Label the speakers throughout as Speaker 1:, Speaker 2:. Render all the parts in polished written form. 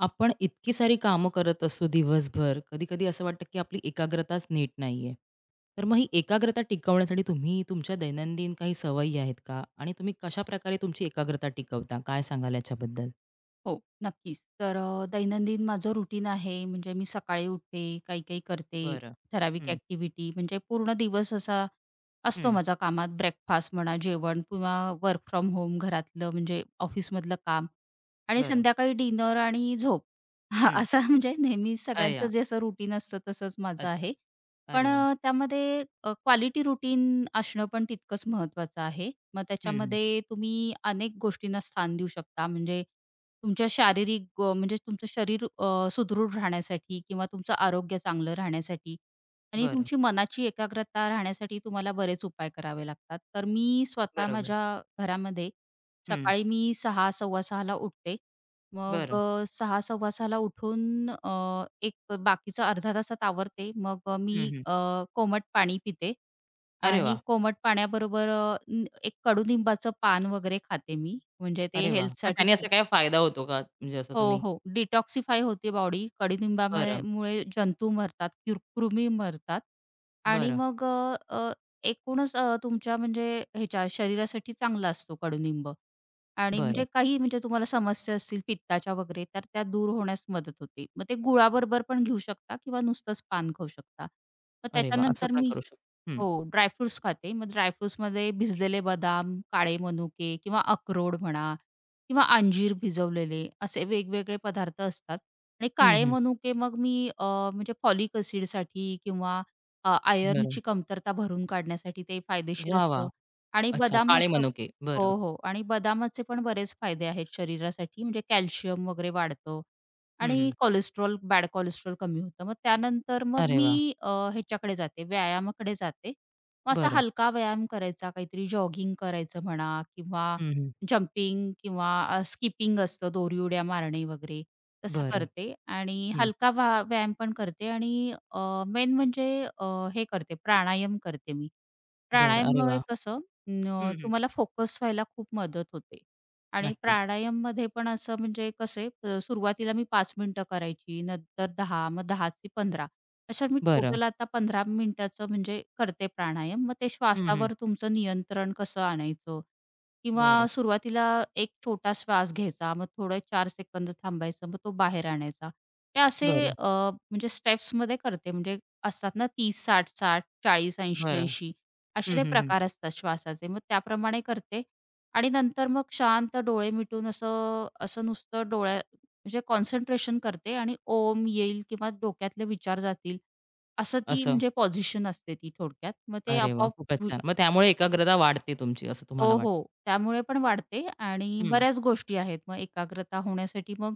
Speaker 1: आपण इतकी सारी कामं करत असतो दिवसभर, कधी-कधी असं वाटतं, की आपली एकाग्रताच नीट नाहीये. तर मग ही एकाग्रता टिकवण्यासाठी तुम्ही तुमच्या दैनंदिन काही सवयी आहेत का? आणि तुम्ही कशाप्रकारे तुमची एकाग्रता टिकवता? काय सांगाल याच्याबद्दल?
Speaker 2: हो, नक्कीच. तर दैनंदिन माझं रुटीन आहे, म्हणजे मी सकाळी उठते, काही-काही करते,
Speaker 1: बरं.
Speaker 2: ठराविक
Speaker 1: हं,
Speaker 2: ॲक्टिव्हिटी म्हणजे पूर्ण दिवस असा असतो
Speaker 1: हं.
Speaker 2: माझा कामात. ब्रेकफास्ट म्हणा, जेवण किंवा वर्क फ्रॉम होम घरातलं म्हणजे ऑफिसमधलं काम आणि
Speaker 1: बरं.
Speaker 2: संध्याकाळी डिनर आणि झोप. हां,
Speaker 1: हं.
Speaker 2: असा म्हणजे नेहमी
Speaker 1: अरे
Speaker 2: सगळ्यांचं
Speaker 1: वाह!
Speaker 2: जे असं रुटीन असतं तसंच माझं
Speaker 1: अच्छा.
Speaker 2: आहे. पण
Speaker 1: अरे वाह!
Speaker 2: त्यामध्ये क्वालिटी रुटीन असणं पण तितकंच महत्त्वाचं आहे. मग
Speaker 1: हं, हं.
Speaker 2: त्याच्यामध्ये तुम्ही अनेक गोष्टींना स्थान देऊ शकता. म्हणजे तुमच्या शारीरिक म्हणजे तुमचं शरीर सुदृढ राहण्यासाठी किंवा तुमचं आरोग्य चांगलं राहण्यासाठी आणि
Speaker 1: बरं.
Speaker 2: तुमची मनाची एकाग्रता राहण्यासाठी तुम्हाला बरेच उपाय करावे लागतात. तर मी स्वतः
Speaker 1: बरोबर.
Speaker 2: माझ्या घरामध्ये
Speaker 1: हं.
Speaker 2: सकाळी मी 6:00-6:15ला उठते. मग
Speaker 1: बरं.
Speaker 2: 6:00-6:15ला उठून एक बाकीचा अर्धा तासात आवरते. मग मी
Speaker 1: हं, हं.
Speaker 2: अ, कोमट पाणी पिते
Speaker 1: अरे
Speaker 2: आणि
Speaker 1: वाह!
Speaker 2: कोमट पाण्याबरोबर एक कडुलिंबाचं पान वगैरे खाते मी. म्हणजे ते
Speaker 1: अरे वाह! मग
Speaker 2: हेल्थसाठी
Speaker 1: त्याने
Speaker 2: खूप
Speaker 1: असा काय फायदा होतो का? म्हणजे असं
Speaker 2: हो,
Speaker 1: तुम्ही
Speaker 2: हो. डिटॉक्सिफाय होते बॉडी. कडुनिंबामुळे
Speaker 1: बरं,
Speaker 2: मुळे जंतू मरतात, कृमी मरतात आणि
Speaker 1: बरं,
Speaker 2: मग अ, अ, एकूणच तुमच्या म्हणजे ह्याच्या शरीरासाठी चांगला असतो कडुनिंब आणि
Speaker 1: बरं.
Speaker 2: म्हणजे काही म्हणजे तुम्हाला समस्या असतील पित्ताच्या वगैरे, तर त्या दूर होण्यास मदत होते. मग ते गुळाबरोबर पण घेऊ शकता किंवा नुसतंच पान खाऊ शकता. मग
Speaker 1: अरे वाह! असं
Speaker 2: त्याच्यानंतर
Speaker 1: पण
Speaker 2: मी
Speaker 1: करू शकतो. हं.
Speaker 2: हो, ड्रायफ्रुट्स खाते. मग ड्रायफ्रुट्समध्ये भिजलेले बदाम, काळे मनुके किंवा अक्रोड म्हणा किंवा अंजीर भिजवलेले असे वेगवेगळे पदार्थ असतात आणि
Speaker 1: हं,
Speaker 2: काळे
Speaker 1: हं.
Speaker 2: मनुके मग मी म्हणजे फॉलिक एसिडसाठी किंवा
Speaker 1: बरं.
Speaker 2: आयर्नची कमतरता भरून काढण्यासाठी ते फायदेशीर
Speaker 1: वाह, वाह!
Speaker 2: असतं आणि
Speaker 1: अच्छा, काळे
Speaker 2: बदामाचं
Speaker 1: मनुके. बरं.
Speaker 2: हो, हो. आणि बदामाचे पण बरेच फायदे आहेत शरीरासाठी म्हणजे कॅल्शियम वगैरे वाढतं
Speaker 1: हं,
Speaker 2: आणि
Speaker 1: हं.
Speaker 2: कोलेस्ट्रॉल, बॅड कोलेस्ट्रॉल कमी होतं. मग त्यानंतर मग
Speaker 1: अरे
Speaker 2: मी
Speaker 1: वाह!
Speaker 2: ह्याच्याकडे जाते, व्यायामाकडे जाते. मग असा
Speaker 1: बरं.
Speaker 2: हलका व्यायाम करायचा, काहीतरी जॉगिंग करायचं म्हणा किंवा
Speaker 1: हं, हं.
Speaker 2: जंपिंग किंवा स्किपिंग असतं, दोरी उड्या मारणे वगैरे तसं
Speaker 1: बरं.
Speaker 2: करते आणि
Speaker 1: हं.
Speaker 2: हलका व्यायाम पण करते आणि मेन म्हणजे अ, हे करते, प्राणायाम करते मी.
Speaker 1: बरं. अरे
Speaker 2: प्राणायाममुळे
Speaker 1: वाह!
Speaker 2: कसं
Speaker 1: हं, हं.
Speaker 2: तुम्हाला फोकस व्हायला खूप मदत होते. आणि
Speaker 1: नक्कीच.
Speaker 2: प्राणायाममध्ये पण असं म्हणजे कसे सुरुवातीला मी 5 मिनिटं करायची, नंतर दहा, मग दहाची चे 15, अशा मी
Speaker 1: बरं.
Speaker 2: टोटल आता 15 मिनिटाचं म्हणजे करते प्राणायाम. मग ते
Speaker 1: हं, हं.
Speaker 2: श्वासावर तुमचं नियंत्रण कसं आणायचं
Speaker 1: बरं.
Speaker 2: किंवा सुरुवातीला एक छोटा श्वास घ्यायचा, मग थोडं 4 सेकंद थांबायचं, मग तो बाहेर आणायचा. ते असे
Speaker 1: बरं.
Speaker 2: म्हणजे स्टेप्समध्ये करते म्हणजे असतात ना 30, 60, 60, 40, 80,
Speaker 1: बरं.
Speaker 2: 80, असे
Speaker 1: हं,
Speaker 2: ते
Speaker 1: हं, हं.
Speaker 2: प्रकार असतात श्वासाचे. मग त्याप्रमाणे करते आणि नंतर मग शांत डोळे मिटून असं असं नुसतं डोळ्या म्हणजे कॉन्सन्ट्रेशन करते आणि ओम येईल किंवा डोक्यातले विचार जातील. असं ती
Speaker 1: असं.
Speaker 2: म्हणजे पोझिशन असते ती थोडक्यात. मग ते
Speaker 1: अरे वाह!
Speaker 2: आपोआप
Speaker 1: खूपच
Speaker 2: वि
Speaker 1: छान. मग त्यामुळे एकाग्रता वाढते तुमची असं तुम्हाला
Speaker 2: हो,
Speaker 1: वाटतं.
Speaker 2: हो. त्यामुळे पण वाढते आणि
Speaker 1: हं.
Speaker 2: बऱ्याच गोष्टी आहेत. मग एकाग्रता होण्यासाठी मग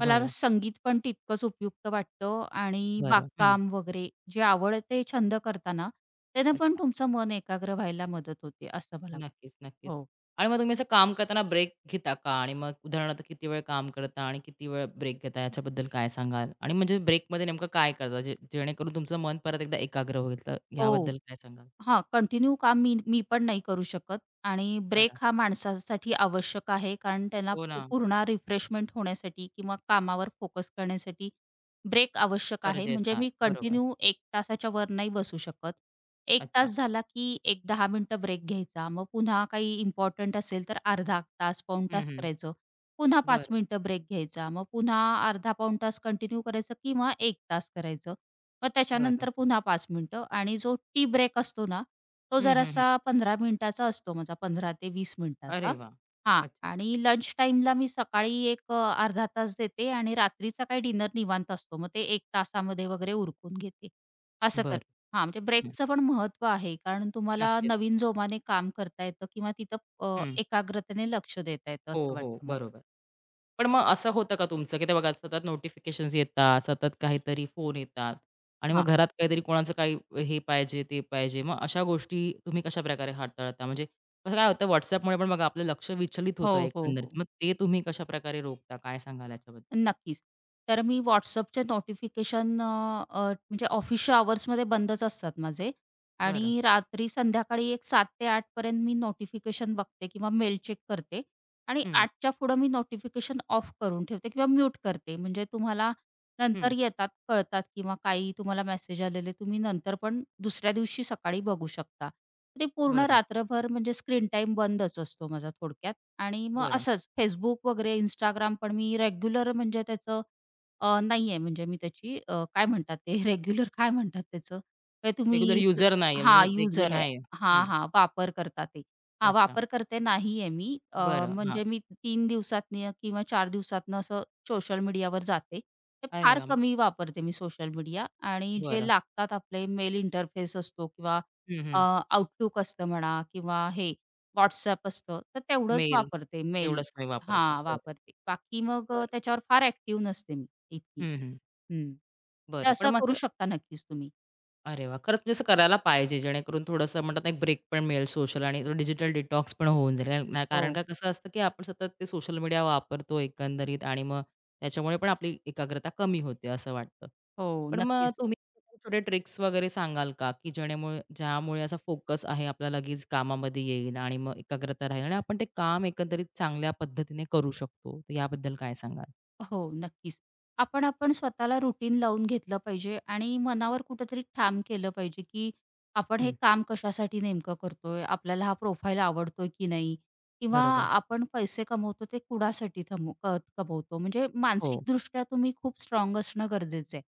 Speaker 2: मला संगीत पण तितकंच उपयुक्त वाटतं आणि
Speaker 1: बरं. हं.
Speaker 2: बागकाम वगैरे जे आवडते छंद करताना त्याने पण
Speaker 1: अच्छा.
Speaker 2: तुमचं मन एकाग्र व्हायला मदत होते असं मला वाटतं.
Speaker 1: नक्कीच, नक्कीच.
Speaker 2: हो.
Speaker 1: आणि मग तुम्ही असं काम करताना ब्रेक घेता का? आणि मग उदाहरणार्थ किती वेळ काम करता आणि किती वेळ ब्रेक घेता याच्याबद्दल काय सांगाल? आणि म्हणजे ब्रेकमध्ये नेमकं काय करता? जेणेकरून तुमचं मन परत एकदा एकाग्र होईल, तर
Speaker 2: हो.
Speaker 1: याबद्दल काय सांगाल?
Speaker 2: हां, कंटिन्यू काम मी मी पण नाही करू शकत आणि ब्रेक
Speaker 1: बरं.
Speaker 2: हा माणसासाठी आवश्यक आहे. कारण त्याला
Speaker 1: हो ना,
Speaker 2: पूर्ण रिफ्रेशमेंट होण्यासाठी किंवा कामावर फोकस करण्यासाठी ब्रेक आवश्यक आहे. म्हणजे
Speaker 1: गरजेचं आहे.
Speaker 2: मी
Speaker 1: बरोबर.
Speaker 2: कंटिन्यू एक तासाच्या वर नाही बसू शकत. एक
Speaker 1: अच्छा.
Speaker 2: तास झाला की एक 10 मिनिटं ब्रेक घ्यायचा. मग पुन्हा काही इम्पोर्टंट असेल तर अर्धा तास, पाऊण
Speaker 1: हं,
Speaker 2: तास
Speaker 1: हं.
Speaker 2: करायचं. पुन्हा 5
Speaker 1: बरं,
Speaker 2: मिनिटं ब्रेक घ्यायचा. मग पुन्हा अर्धा पाऊण तास कंटिन्यू करायचं किंवा 1 तास करायचं. मग
Speaker 1: बरं.
Speaker 2: त्याच्यानंतर पुन्हा 5 मिनिटं आणि जो टी ब्रेक असतो ना, तो
Speaker 1: हं, हं, हं.
Speaker 2: जरासा पंधरा मिनिटाचा असतो माझा, 15 ते 20
Speaker 1: अरे
Speaker 2: मिनिटाचा.
Speaker 1: वाह!
Speaker 2: हां
Speaker 1: अच्छा.
Speaker 2: आणि लंच टाईमला मी सकाळी एक अर्धा तास देते आणि रात्रीचा काही डिनर निवांत असतो. मग ते 1 तासामध्ये वगैरे उरकून घेते. असं करते.
Speaker 1: बरं.
Speaker 2: हां, म्हणजे
Speaker 1: हं.
Speaker 2: ब्रेकचं पण महत्त्व आहे. कारण तुम्हाला
Speaker 1: नक्कीच.
Speaker 2: नवीन जोमाने काम करता येतं किंवा तिथं
Speaker 1: हं.
Speaker 2: एकाग्रतेने लक्ष देता येतं
Speaker 1: हो,
Speaker 2: असं
Speaker 1: हो.
Speaker 2: वाटतं मला.
Speaker 1: बरोबर. पण मग असं होतं का तुमचं, की ते बघा सतत नोटिफिकेशन्स येतात, सतत काहीतरी फोन येतात आणि
Speaker 2: हां.
Speaker 1: मग घरात काहीतरी कोणाचं काही हे पाहिजे, ते पाहिजे. मग अशा गोष्टी तुम्ही कशाप्रकारे हाताळता? म्हणजे कसं काय होतं WhatsAppमुळे पण बघा आपलं लक्ष विचलित होतं
Speaker 2: हो, हो,
Speaker 1: एकंदरीत.
Speaker 2: हो.
Speaker 1: मग ते तुम्ही कशाप्रकारे रोखता? काय सांगाल याच्याबद्दल?
Speaker 2: नक्कीच. तर मी WhatsAppचे नोटिफिकेशन अ, अ, म्हणजे ऑफिसच्या आवर्समध्ये बंदच असतात माझे
Speaker 1: बरं.
Speaker 2: आणि रात्री संध्याकाळी एक 7 ते 8 पर्यंत मी नोटिफिकेशन बघते किंवा मेल चेक करते आणि
Speaker 1: हं,
Speaker 2: 8च्या पुढं मी नोटिफिकेशन ऑफ करून ठेवते किंवा म्यूट करते. म्हणजे तुम्हाला
Speaker 1: हं.
Speaker 2: नंतर येतात, कळतात किंवा काही तुम्हाला मेसेज आलेले तुम्ही नंतर पण दुसऱ्या दिवशी सकाळी बघू शकता. ते पूर्ण
Speaker 1: बरं,
Speaker 2: रात्रभर म्हणजे स्क्रीन टाईम बंदच असतो माझा थोडक्यात आणि मग
Speaker 1: बरं.
Speaker 2: असंच Facebook वगैरे Instagram पण मी रेग्युलर म्हणजे त्याचं नाहीये. म्हणजे मी त्याची काय म्हणतात ते रेग्युलर काय म्हणतात त्याचं? काय
Speaker 1: रेग्युलर
Speaker 2: तुम्ही स
Speaker 1: युजर नाहीये म्हणजे
Speaker 2: हां,
Speaker 1: तुम्ही रेग्युलर
Speaker 2: यूजर आहे.
Speaker 1: नाहीये. हं.
Speaker 2: हां, हां. वापरकर्ता ते. हां,
Speaker 1: अच्छा.
Speaker 2: वापरकर्ते नाहीये मी.
Speaker 1: बरं. हां.
Speaker 2: म्हणजे मी 3 दिवसातनं किंवा 4 दिवसातनं असं सोशल मीडियावर जाते. तर
Speaker 1: अरे
Speaker 2: फार
Speaker 1: वाह!
Speaker 2: कमी वापरते मी सोशल मीडिया आणि जे
Speaker 1: बरं.
Speaker 2: लागतात आपले मेल इंटरफेस असतो किंवा
Speaker 1: हं,
Speaker 2: अ,
Speaker 1: हं.
Speaker 2: असतं म्हणा किंवा हे WhatsApp असतं, तर तेवढंच
Speaker 1: मेल
Speaker 2: वापरते मेल
Speaker 1: तेवढंच तुम्ही वापरता.
Speaker 2: हां,
Speaker 1: बरं,
Speaker 2: वापरते. बाकी मग
Speaker 1: बरं.
Speaker 2: त्याच्यावर फार ॲक्टिव्ह नसते मी इतकी.
Speaker 1: हं, हं.
Speaker 2: हं. तर
Speaker 1: बरं. पण
Speaker 2: असं करू
Speaker 1: मग
Speaker 2: शकता नक्कीच तुम्ही.
Speaker 1: अरे वा, खरंच म्हणजे असं करायला पाहिजे, जेणेकरून थोडंसं म्हणतात ना, एक ब्रेक पण मिळेल सोशल आणि डिजिटल डिटॉक्स पण होऊन जाईल. कारण ना कारण
Speaker 2: हो,
Speaker 1: का कसं असतं, की आपण सतत ते सोशल मीडिया वापरतो एकंदरीत आणि मग त्याच्यामुळे पण आपली एकाग्रता कमी होते असं वाटतं.
Speaker 2: हो.
Speaker 1: पण मग
Speaker 2: नक्कीच.
Speaker 1: तुम्ही थोडे ट्रिक्स वगैरे सांगाल का, की ज्यामुळे असा फोकस आहे आपला लगेच कामामध्ये येईल आणि मग एकाग्रता राहील आणि आपण ते काम एकंदरीत चांगल्या पद्धतीने करू शकतो. तर याबद्दल काय सांगाल?
Speaker 2: हो, नक्कीच. आपण आपण स्वतःला रुटीन लावून घेतलं पाहिजे आणि मनावर कुठेतरी ठाम केलं पाहिजे, की आपण हे
Speaker 1: हं,
Speaker 2: काम कशासाठी नेमकं करतोय? आपल्याला हा प्रोफाईल आवडतोय की नाही? किंवा
Speaker 1: बरोबर.
Speaker 2: आपण पैसे कमवतो ते कुणासाठी थमव क कमवतो? म्हणजे
Speaker 1: हो,
Speaker 2: मानसिकदृष्ट्या तुम्ही खूप स्ट्राँग असणं गरजेचं आहे.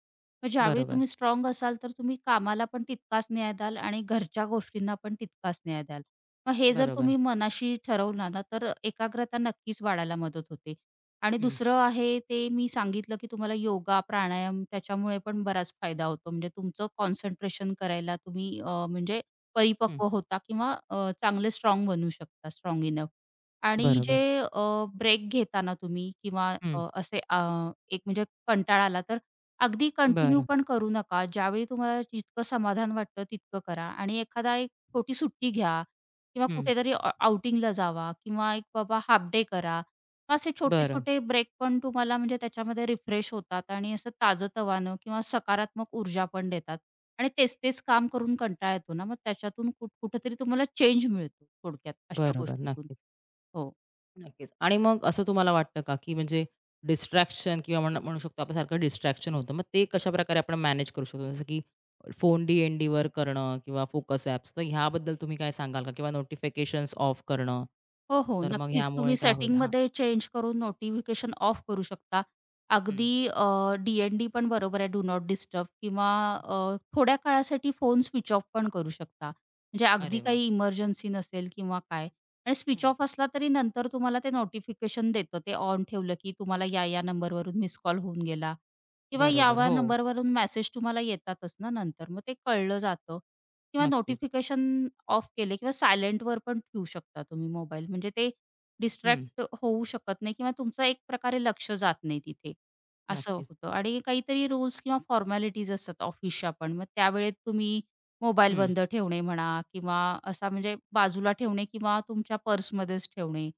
Speaker 2: मग ज्यावेळी
Speaker 1: बरोबर,
Speaker 2: तुम्ही स्ट्राँग असाल, तर तुम्ही कामाला पण तितकाच न्याय द्याल आणि घरच्या गोष्टींना पण तितकाच न्याय द्याल. मग हे जर
Speaker 1: बरोबर.
Speaker 2: तुम्ही मनाशी ठरवलं ना, तर एकाग्रता नक्कीच वाढायला मदत होते. आणि
Speaker 1: हं,
Speaker 2: दुसरं आहे ते मी सांगितलं, की तुम्हाला योगा, प्राणायाम त्याच्यामुळे पण बराच फायदा होतो. म्हणजे तुमचं कॉन्सन्ट्रेशन करायला तुम्ही म्हणजे
Speaker 1: हं,
Speaker 2: परिपक्व होता किंवा चांगले स्ट्रॉंग बनू शकता, स्ट्रॉंग इनफ. आणि जे
Speaker 1: बरोबर.
Speaker 2: ब्रेक घेताना तुम्ही किंवा
Speaker 1: हं.
Speaker 2: अ, असे अ, एक म्हणजे कंटाळा आला तर अगदी कंटिन्यू
Speaker 1: बरं.
Speaker 2: पण करू नका. ज्यावेळी तुम्हाला जितकं समाधान वाटतं तितकं करा आणि एखादा एक छोटी सुट्टी घ्या किंवा
Speaker 1: हं.
Speaker 2: कुठेतरी आउटिंगला जावा किंवा एक बाबा हाल्फ डे करा. असे
Speaker 1: बरं.
Speaker 2: छोटे-छोटे ब्रेक पण तुम्हाला म्हणजे त्याच्यामध्ये रिफ्रेश होतात आणि असं ताजंतवानं किंवा सकारात्मक ऊर्जा पण देतात आणि तेच-तेच काम करून कंटाळा येतो ना, मग त्याच्यातून कुठेतरी तुम्हाला चेंज मिळतो थोडक्यात अशा
Speaker 1: बरोबर.
Speaker 2: गोष्टीतून.
Speaker 1: नक्कीच,
Speaker 2: हो.
Speaker 1: नक्कीच. आणि मग असं तुम्हाला वाटतं का, की म्हणजे डिस्ट्रॅक्शन किंवा म्हणू शकतो आपण सारखं डिस्ट्रॅक्शन होतं. मग ते कशाप्रकारे आपण मॅनेज करू शकतो? जसं की फोन डी-एन-डीवर करणं किंवा फोकस ॲप्स. तर ह्याबद्दल तुम्ही काय सांगाल का? किंवा नोटिफिकेशन्स ऑफ करणं.
Speaker 2: हो, हो.
Speaker 1: तर मग
Speaker 2: नक्कीच.
Speaker 1: ह्यामुळे
Speaker 2: तुम्ही
Speaker 1: काय होईल? हां.
Speaker 2: सेटिंगमध्ये चेंज करून नोटिफिकेशन ऑफ करू शकता.
Speaker 1: हं.
Speaker 2: अगदी डी-एन-डी पण बरोबर आहे, डू नॉट डिस्टर्ब किंवा थोड्या काळासाठी फोन स्विच ऑफ पण करू शकता. म्हणजे अगदी
Speaker 1: अरे वाह!
Speaker 2: काही इमर्जन्सी नसेल किंवा काय, आणि स्विच
Speaker 1: हं.
Speaker 2: ऑफ असला तरी नंतर तुम्हाला ते नोटिफिकेशन देतं. ते ऑन ठेवलं, की तुम्हाला या-या नंबरवरून मिस कॉल होऊन गेला किंवा
Speaker 1: बरोबर.
Speaker 2: या-या
Speaker 1: हो.
Speaker 2: नंबरवरून मेसेज तुम्हाला येतातच ना नंतर. मग ते कळलं जातं किंवा
Speaker 1: नक्कीच.
Speaker 2: नोटिफिकेशन ऑफ केले किंवा सायलेंटवर पण ठेवू शकता तुम्ही मोबाईल. म्हणजे ते
Speaker 1: हं.
Speaker 2: डिस्ट्रॅक्ट होऊ शकत नाही किंवा तुमचं एक प्रकारे लक्ष जात नाही तिथे, असं
Speaker 1: नक्कीच.
Speaker 2: होतं. आणि काहीतरी रूल्स किंवा फॉर्मॅलिटीज असतात ऑफिसच्या पण. मग त्यावेळेत तुम्ही मोबाईल
Speaker 1: हं,
Speaker 2: बंद ठेवणे म्हणा किंवा असा म्हणजे बाजूला ठेवणे किंवा तुमच्या पर्समध्येच ठेवणे.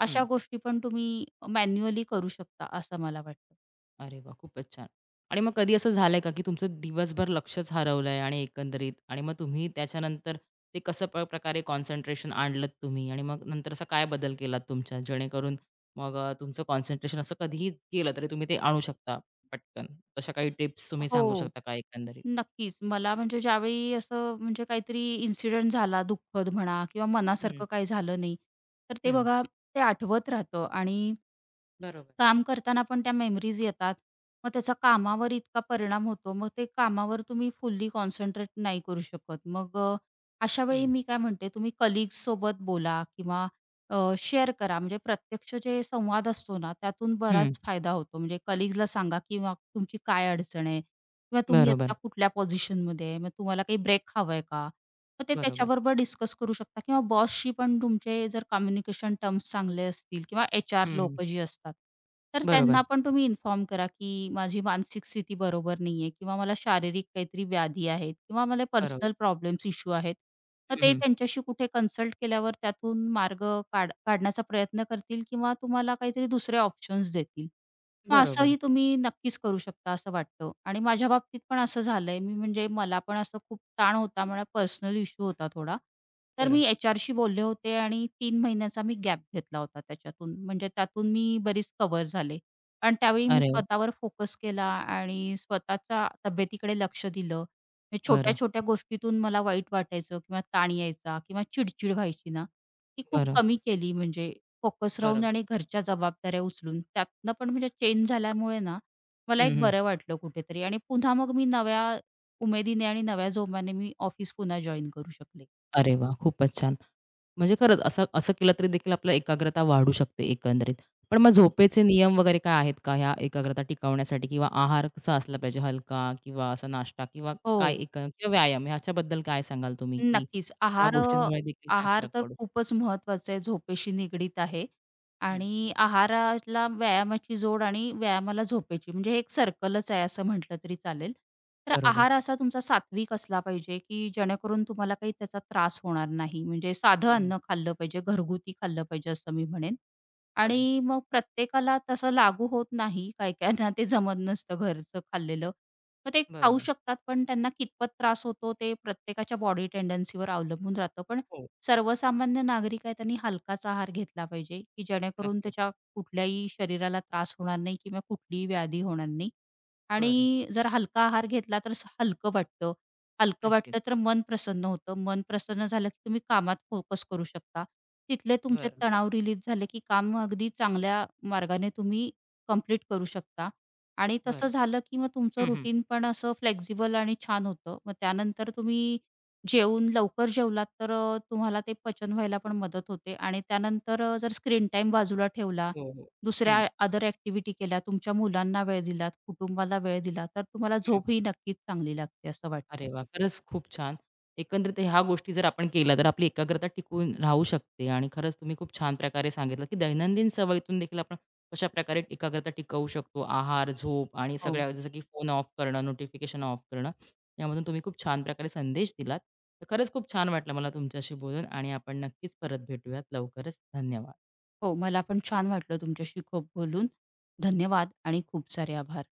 Speaker 2: अशा
Speaker 1: हं.
Speaker 2: गोष्टी पण तुम्ही मॅन्युअली करू शकता, असं मला वाटतं.
Speaker 1: अरे वाह! खूपच छान. आणि मग कधी असं झालंय का, की तुमचं दिवसभर लक्षच हरवलंय आणि एकंदरीत आणि मग तुम्ही त्याच्यानंतर ते कसं प्रकारे कॉन्सन्ट्रेशन आणलत तुम्ही आणि मग नंतर असा काय बदल केला तुमच्यात जेणेकरून मग तुमचं कॉन्सन्ट्रेशन असं कधीही केलं तरी तुम्ही ते आणू शकता पटकन? तशा काही टिप्स तुम्ही सांगू
Speaker 2: हो.
Speaker 1: शकता का एकंदरीत?
Speaker 2: नक्कीच. मला म्हणजे ज्यावेळी असं म्हणजे काहीतरी इन्सिडेंट झाला दुःखद म्हणा किंवा
Speaker 1: हं,
Speaker 2: मनासारखं काही झालं नाही, तर ते
Speaker 1: हं.
Speaker 2: बघा ते आठवत राहतं आणि
Speaker 1: बरोबर.
Speaker 2: काम करताना पण त्या मेमरीज येतात. मग त्याचा कामावर इतका परिणाम होतो. मग ते कामावर तुम्ही फुल्ली कॉन्सन्ट्रेट नाही करू शकत. मग अशा वेळी
Speaker 1: हं,
Speaker 2: मी काय म्हणते तुम्ही कलीग्ससोबत बोला किंवा शेअर करा. म्हणजे प्रत्यक्ष जे संवाद असतो ना, त्यातून
Speaker 1: हं.
Speaker 2: बराच फायदा होतो. म्हणजे कलीग्सला सांगा किंवा तुमची काय अडचण आहे? किंवा तुम्ही
Speaker 1: बरोबर,
Speaker 2: आत्ता कुठल्या पोझिशनमध्ये आहे, मग तुम्हाला काही ब्रेक हवा आहे का? मग ते
Speaker 1: बरोबर.
Speaker 2: त्याच्याबरोबर डिस्कस करू शकता किंवा बॉसशी पण तुमचे जर कम्युनिकेशन टर्म्स चांगले असतील किंवा एच-आर
Speaker 1: हं,
Speaker 2: लोकं जी असतात, तर त्यांना
Speaker 1: बरोबर,
Speaker 2: पण तुम्ही इन्फॉर्म करा, की माझी मानसिक स्थिती बरोबर नाही आहे किंवा मला शारीरिक काहीतरी व्याधी आहेत किंवा मला
Speaker 1: बरोबर.
Speaker 2: पर्सनल प्रॉब्लेम्स, इश्यू आहेत. मग
Speaker 1: हं,
Speaker 2: ते
Speaker 1: हं.
Speaker 2: त्यांच्याशी कुठे कन्सल्ट केल्यावर त्यातून मार्ग काढण्याचा प्रयत्न करतील किंवा तुम्हाला काहीतरी दुसरे ऑप्शन्स देतील. मग
Speaker 1: बरोबर.
Speaker 2: असंही तुम्ही नक्कीच करू शकता असं वाटतं आणि माझ्या बाबतीत पण असं झालंय. मी म्हणजे मला पण असं खूप ताण होता. मला पर्सनल इश्यू होता थोडा. तर
Speaker 1: बरं.
Speaker 2: मी एचआरशी बोलले होते आणि 3 महिन्याचा मी गॅप घेतला होता त्याच्यातून. म्हणजे त्यातून मी बरीच कव्हर झाले. कारण त्यावेळी मी
Speaker 1: अरे वाह!
Speaker 2: स्वतःवर फोकस केला आणि स्वतःच्या तब्येतीकडे लक्ष दिलं. म्हणजे
Speaker 1: बरं,
Speaker 2: छोट्या-छोट्या गोष्टीतून मला वाईट वाटायचं किंवा ताण यायचा किंवा चिडचिड व्हायची ना, ती खूप
Speaker 1: बरं,
Speaker 2: कमी केली म्हणजे फोकस राहून
Speaker 1: बरोबर.
Speaker 2: आणि घरच्या जबाबदाऱ्या उचलून त्यातनं पण म्हणजे चेंज झाल्यामुळे ना, मला
Speaker 1: हं,
Speaker 2: एक
Speaker 1: हं.
Speaker 2: बरं वाटलं कुठेतरी आणि पुन्हा मग मी नव्या उमेदीने आणि नव्या जोमाने मी ऑफिस पुन्हा जॉइन करू शकले.
Speaker 1: अरे वा, खूपच छान. म्हणजे खरंच असं असं केलं तरी देखील आपलं एकाग्रता वाढू शकते एकंदरीत. पण मग
Speaker 2: हो.
Speaker 1: झोपेचे नियम वगैरे काय आहेत का ह्या एकाग्रता टिकवण्यासाठी किंवा आहार कसा असला पाहिजे हलका किंवा असा नाश्ता किंवा काय
Speaker 2: हो.
Speaker 1: एक किंवा व्यायाम ह्याच्याबद्दल काय सांगाल तुम्ही, की
Speaker 2: नक्कीच.
Speaker 1: ह्या
Speaker 2: आहार
Speaker 1: गोष्टींमुळे देखील काय
Speaker 2: आहार
Speaker 1: फरक
Speaker 2: तर
Speaker 1: पडू शकतो?
Speaker 2: खूपच महत्वाचा आहे, झोपेशी निगडीत आहे
Speaker 1: हं.
Speaker 2: आणि आहाराला व्यायामाची जोड आणि व्यायामाला झोपेची म्हणजे हे एक सर्कलच आहे असं म्हटलं तरी चालेल. तर
Speaker 1: बरोबर.
Speaker 2: आहार असा तुमचा सात्विक असला पाहिजे, की जेणेकरून तुम्हाला काही त्याचा त्रास होणार नाही. म्हणजे
Speaker 1: हं,
Speaker 2: साधं
Speaker 1: हं.
Speaker 2: अन्न खाल्लं पाहिजे, घरगुती खाल्लं पाहिजे असं मी म्हणेन
Speaker 1: बरं,
Speaker 2: आणि मग प्रत्येकाला तसं लागू होत नाही. काही-काहींना ते जमत नसतं घरचं खाल्लेलं. मग ते खाऊ
Speaker 1: बरोबर.
Speaker 2: शकतात, पण त्यांना कितपत त्रास होतो ते प्रत्येकाच्या बॉडी टेंडन्सीवर अवलंबून राहतं. पण
Speaker 1: हो,
Speaker 2: सर्वसामान्य नागरिक आहे त्यांनी हलकाच आहार घेतला पाहिजे, की जेणेकरून
Speaker 1: नक्कीच.
Speaker 2: त्याच्या कुठल्याही शरीराला त्रास होणार नाही किंवा कुठलीही व्याधी होणार नाही.
Speaker 1: बरं,
Speaker 2: आणि जर हलका आहार घेतला तर हलकं वाटतं. हलकं
Speaker 1: नक्कीच.
Speaker 2: वाटलं तर मन प्रसन्न होतं. मन प्रसन्न झालं की तुम्ही कामात फोकस करू शकता. तिथले तुमचे
Speaker 1: बरं,
Speaker 2: तणाव रिलीज झाले की काम अगदी चांगल्या मार्गाने तुम्ही कंप्लीट करू शकता. आणि तसं
Speaker 1: बरं.
Speaker 2: झालं, की मग तुमचं
Speaker 1: हं, हं.
Speaker 2: रुटीन पण असं फ्लेक्सिबल आणि छान होतं. मग त्यानंतर तुम्ही जेवून लवकर जेवलात, तर तुम्हाला ते पचन व्हायला पण मदत होते आणि त्यानंतर जर स्क्रीन टाईम बाजूला ठेवला,
Speaker 1: हो, हो.
Speaker 2: दुसऱ्या
Speaker 1: हं,
Speaker 2: अदर ॲक्टिव्हिटी केल्या, तुमच्या मुलांना वेळ दिलात, कुटुंबाला वेळ दिला, तर तुम्हाला
Speaker 1: हं.
Speaker 2: झोप ही नक्कीच चांगली लागते असं वाटतं.
Speaker 1: अरे वा, खरंच खूप छान. एकंदरीत ह्या गोष्टी जर आपण केल्या, तर आपली एकाग्रता टिकून राहू शकते आणि खरंच तुम्ही खूप छान प्रकारे सांगितलं, की दैनंदिन सवयीतून देखील आपण कशाप्रकारे एकाग्रता टिकवू शकतो. आहार, झोप आणि
Speaker 2: हो.
Speaker 1: सगळ्या जसं की फोन ऑफ करणं, नोटिफिकेशन ऑफ करणं, यामधून तुम्ही खूप छान प्रकारे संदेश दिलात. तर खरंच खूप छान वाटलं मला तुमच्याशी बोलून आणि आपण नक्कीच परत भेटूयात लवकरच. धन्यवाद.
Speaker 2: हो, मला पण छान वाटलं तुमच्याशी खूप बोलून. धन्यवाद आणि खूप सारे आभार.